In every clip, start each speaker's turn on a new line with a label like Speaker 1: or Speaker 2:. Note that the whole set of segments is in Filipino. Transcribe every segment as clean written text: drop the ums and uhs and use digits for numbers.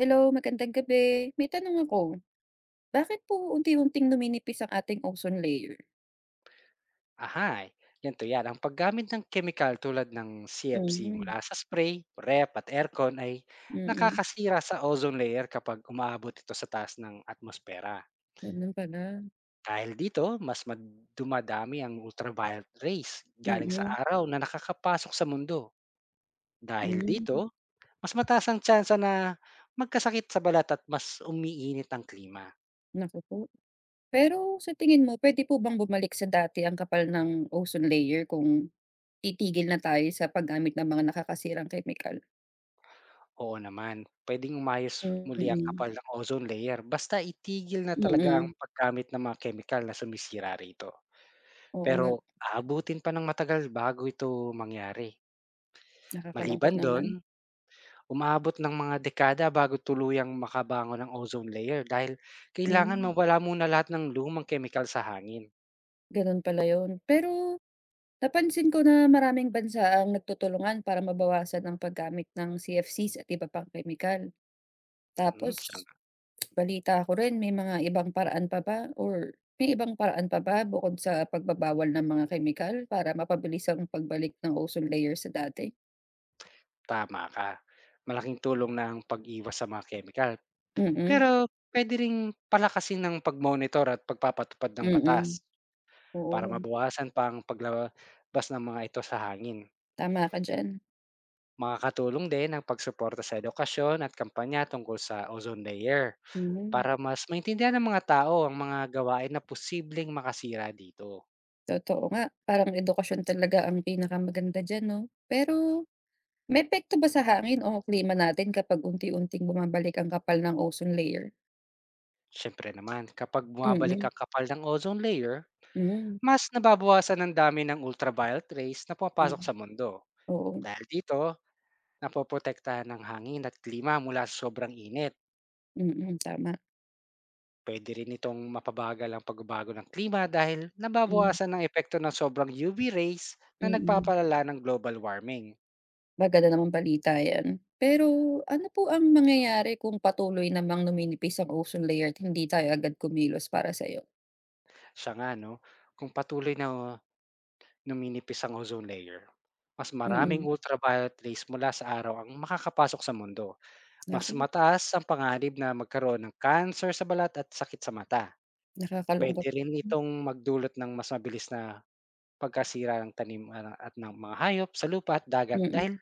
Speaker 1: Hello, magandang gabi. May tanong ako, bakit po unti-unting numinipis ang ating ozone layer?
Speaker 2: Aha, ganito yan. Ang paggamit ng chemical tulad ng CFC
Speaker 1: Mhm,
Speaker 2: mula sa spray, ref at aircon ay
Speaker 1: mm.
Speaker 2: nakakasira sa ozone layer kapag umaabot ito sa taas ng atmosfera.
Speaker 1: Ganun pala,
Speaker 2: Dahil dito, mas dumadami ang ultraviolet rays galing sa
Speaker 1: mm,
Speaker 2: araw na nakakapasok sa mundo. Dahil
Speaker 1: hmm,
Speaker 2: dito, mas mataas ang tsansa na magkasakit sa balat at mas umiinit ang klima.
Speaker 1: naku po. Pero sa tingin mo puwede po bang bumalik sa dati ang kapal ng ozone layer kung titigil na tayo sa paggamit ng mga nakakasirang kemikal?
Speaker 2: Oo naman, puwedeng umayos muli ang
Speaker 1: Mm,
Speaker 2: kapal ng ozone layer basta itigil na talaga ang
Speaker 1: mm.
Speaker 2: paggamit ng mga chemical na sumisira rito.
Speaker 1: Oo
Speaker 2: Pero
Speaker 1: nga,
Speaker 2: aabutin pa ng matagal bago ito mangyari.
Speaker 1: nakakalungkot
Speaker 2: Maliban
Speaker 1: naman.
Speaker 2: do'n, umaabot ng mga dekada bago tuluyang makabango ng ozone layer dahil kailangan
Speaker 1: Hmm,
Speaker 2: mawala muna lahat ng lumang chemical sa hangin.
Speaker 1: ganun pala yun. Pero napansin ko na maraming bansa ang nagtutulungan para mabawasan ang paggamit ng CFCs at iba pang kemikal.
Speaker 2: Mm, siya
Speaker 1: Tapos, balita ko rin may mga ibang paraan pa ba bukod sa pagbabawal ng mga kemikal para mapabilis ang pagbalik ng ozone layer sa dati?
Speaker 2: Tama ka. Malaking tulong na ang pag-iwas sa mga chemical.
Speaker 1: Mm,
Speaker 2: Pero puwede ring palakasin ng pag-monitor at pagpapatupad ng
Speaker 1: mm.
Speaker 2: batas. Para
Speaker 1: Oo,
Speaker 2: mabawasan pa ang paglabas ng mga ito sa hangin.
Speaker 1: tama ka diyan.
Speaker 2: Makakatulong din ang pagsuporta sa edukasyon at kampanya tungkol sa ozone layer
Speaker 1: Mm,
Speaker 2: para mas maintindihan ng mga tao ang mga gawain na posibleng makasira dito.
Speaker 1: totoo nga. Parang edukasyon talaga ang pinakamaganda diyan, 'no? Pero may epekto ba sa hangin o klima natin kapag unti-unting bumabalik ang kapal ng ozone layer?
Speaker 2: Siyempre naman, kapag bumabalik
Speaker 1: Mm,
Speaker 2: ang kapal ng ozone layer,
Speaker 1: hmm,
Speaker 2: mas nababawasan ang dami ng ultraviolet rays na pumapasok
Speaker 1: hmm,
Speaker 2: sa mundo.
Speaker 1: oo,
Speaker 2: Dahil dito, napoprotektahan ng hangin at klima mula sa sobrang init.
Speaker 1: mm, tama,
Speaker 2: Puwede rin itong mapabagal ang pagbabago ng klima dahil
Speaker 1: hmm, mm.
Speaker 2: nababawasan ng epekto ng sobrang UV rays na
Speaker 1: Mm-hmm.
Speaker 2: nagpapalala ng global warming.
Speaker 1: Maganda namang balita 'yan. Pero ano po ang mangyayari kung patuloy namang numinipis ang ozone layer at hindi tayo agad kumilos para sa'yo?
Speaker 2: Siya nga no, kung patuloy na numinipis ang ozone layer, mas maraming
Speaker 1: Mm,
Speaker 2: ultraviolet rays mula sa araw ang makakapasok sa mundo. Mas
Speaker 1: naku,
Speaker 2: mataas ang panganib na magkaroon ng cancer sa balat at sakit sa mata.
Speaker 1: nakakalungkot.
Speaker 2: Puwede rin itong magdulot ng mas mabilis na pagkasira ng tanim, at ng mga hayop sa lupa at dagat
Speaker 1: Mm,
Speaker 2: dahil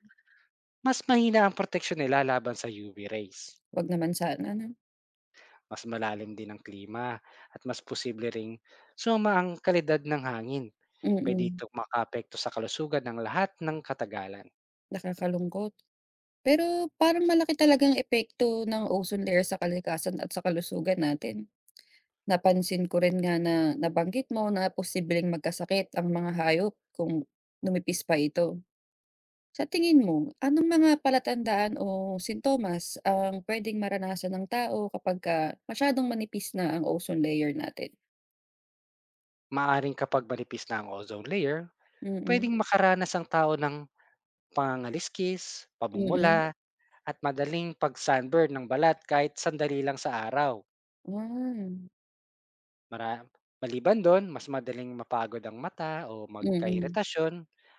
Speaker 2: mas mahina ang proteksyon nila laban sa UV rays,
Speaker 1: 'wag naman sana, 'no?
Speaker 2: mas malalim din ang klima at mas posible ring suma ang kalidad ng hangin. Pwede
Speaker 1: Mm,
Speaker 2: itong makaapekto sa kalusugan ng lahat ng katagalan.
Speaker 1: nakakalungkot. Pero parang malaki talagang epekto ng ozone layer sa kalikasan at sa kalusugan natin. Napansin ko rin nga na nabanggit mo na posibleng magkasakit ang mga hayop kung lumipis pa ito. Sa tingin mo, anong mga palatandaan o sintomas ang pwedeng maranasan ng tao kapag masyadong manipis na ang ozone layer natin?
Speaker 2: Maaring kapag manipis na ang ozone layer,
Speaker 1: Mm, mm.
Speaker 2: pwedeng makaranas ang tao ng pangangaliskis,
Speaker 1: Mm,
Speaker 2: pamumula,
Speaker 1: mm.
Speaker 2: at madaling pag-sunburn ng balat kahit sandali lang sa araw.
Speaker 1: Ah,
Speaker 2: Mara Maliban dun, mas madaling mapagod ang mata o
Speaker 1: mm.
Speaker 2: magka-iritasyon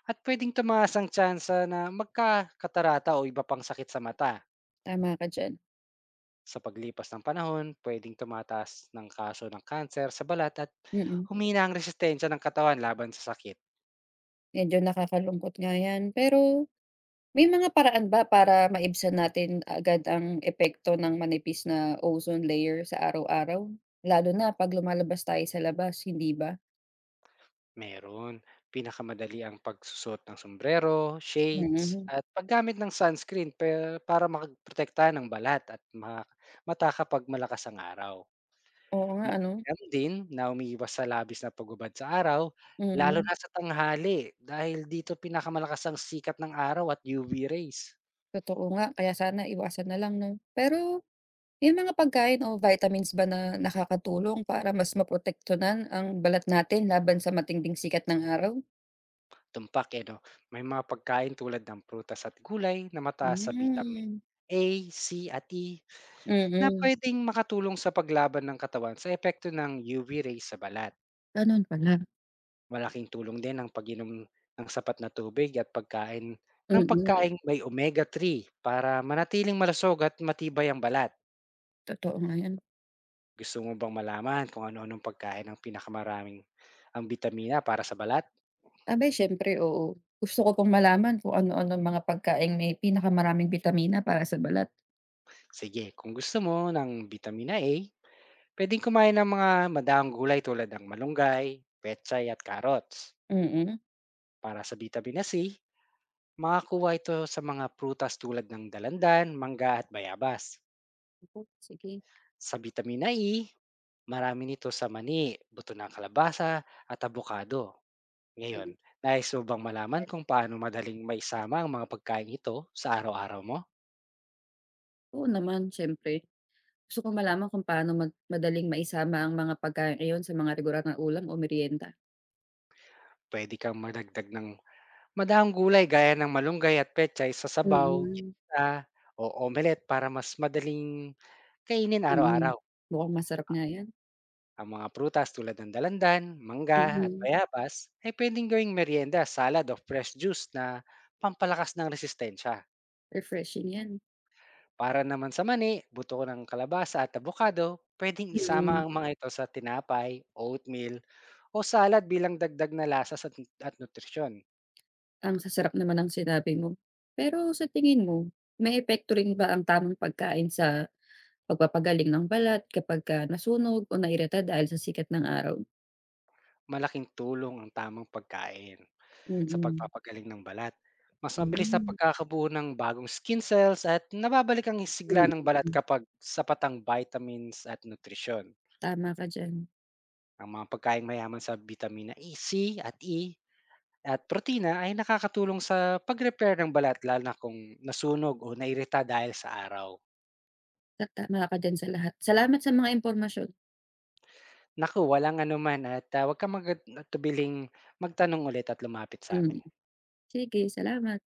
Speaker 2: at puwedeng tumaas ang tsansa na magkakatarata o iba pang sakit sa mata.
Speaker 1: Tama ka diyan,
Speaker 2: Sa paglipas ng panahon, puwedeng tumataas ng kaso ng kanser sa balat at
Speaker 1: mm.
Speaker 2: humina ang resistensya ng katawan laban sa sakit.
Speaker 1: Medyo nakakalungkot nga 'yan, pero may mga paraan ba para maibsan natin agad ang epekto ng manipis na ozone layer sa araw-araw? Lalo na 'pag lumalabas tayo sa labas, hindi ba?
Speaker 2: Meron, pinakamadali ang pagsusot ng sombrero, shades,
Speaker 1: Mm.
Speaker 2: at paggamit ng sunscreen para makaprotektahan ng balat at mata kapag malakas ang araw.
Speaker 1: Oo nga ano?
Speaker 2: Mainam din na umiiwas sa labis na pagubad sa araw, lalo
Speaker 1: Mm.
Speaker 2: na sa tanghali dahil dito pinakamalakas ang sikat ng araw at UV rays.
Speaker 1: Totoo nga, kaya sana iwasan na lang, 'no? Pero may mga pagkain o vitamins ba na nakakatulong para mas maprotektuhan ang balat natin laban sa matinding sikat ng araw?
Speaker 2: Tumpak eh no, may mga pagkain tulad ng prutas at gulay na mataas sa vitamin
Speaker 1: Hmm,
Speaker 2: A, C at E na
Speaker 1: mm.
Speaker 2: pwedeng makatulong sa paglaban ng katawan sa epekto ng UV rays sa balat.
Speaker 1: Gano'n pala.
Speaker 2: Malaking tulong din ang pag-inom ng sapat na tubig at pagkain ng
Speaker 1: Mm,
Speaker 2: pagkain may omega-3 para manatiling malusog at matibay ang balat.
Speaker 1: totoo nga 'yan.
Speaker 2: Gusto mo bang malaman kung ano-anong pagkain ang pinakamaraming ang bitamina para sa balat?
Speaker 1: Abay siyempre, oo. Gusto ko pong malaman kung ano-ano ang mga pagkaing may pinakamaraming bitamina para sa balat.
Speaker 2: Sige, kung gusto mo ng bitamina A, pwedeng kumain ng mga madaang gulay tulad ng malunggay, pechay at carrots.
Speaker 1: Mm.
Speaker 2: Para sa bitamina C, makakuha ito sa mga prutas tulad ng dalandan, mangga at bayabas.
Speaker 1: Naku, sige.
Speaker 2: Sa bitamina E, marami nito sa mani, buto ng kalabasa at abukado. Ngayon,
Speaker 1: Ganun.
Speaker 2: nais mo bang malaman kung paano madaling maisama ang mga pagkain ito sa araw-araw mo?
Speaker 1: Oo naman, siyempre. Gusto kong malaman kung paano madaling maisama ang mga pagkain iyon sa mga regular na ulam o merienda.
Speaker 2: Puwede kang magdagdag ng madahong gulay gaya ng malunggay at pechay sa sabaw,
Speaker 1: Mm,
Speaker 2: gitna o omelet para mas madaling kainin
Speaker 1: mm.
Speaker 2: araw-araw.
Speaker 1: Mukhang masarap nga 'yan.
Speaker 2: Ang mga prutas tulad ng dalandan, mangga at
Speaker 1: Mm,
Speaker 2: bayabas ay puwedeng gawing merienda, salad o fresh juice na pampalakas ng resistensya.
Speaker 1: refreshing 'yan.
Speaker 2: Para naman sa mani, buto ng kalabasa at abokado, puwedeng isama
Speaker 1: Mm.
Speaker 2: ang mga ito sa tinapay, oatmeal o salad bilang dagdag na lasa sa at nutrisyon.
Speaker 1: Ang sasarap naman ng sinabi mo. Pero sa tingin mo, may epekto rin ba ang tamang pagkain sa pagpapagaling ng balat kapag kapagka nasunog o nairita dahil sa sikat ng araw.
Speaker 2: Malaking tulong ang tamang pagkain sa
Speaker 1: Mm.
Speaker 2: pagpapagaling ng balat. Mas mabilis na
Speaker 1: Hmm,
Speaker 2: pagkakabuo ng bagong skin cells at nababalik ang sigla ng balat
Speaker 1: mm.
Speaker 2: kapag sapat ang vitamins at nutrisyon.
Speaker 1: Tama ka diyan.
Speaker 2: Ang mga pagkain mayaman sa vitamina E, C at E at protina ay nakakatulong sa pag-repair ng balat lalo na kung nasunog o nairita dahil sa araw.
Speaker 1: Tama ka diyan sa lahat. Salamat sa mga impormasyon.
Speaker 2: Naku, walang anuman at huwag kang tubiling magtanong ulit at lumapit sa amin.
Speaker 1: Mm. Sige, salamat.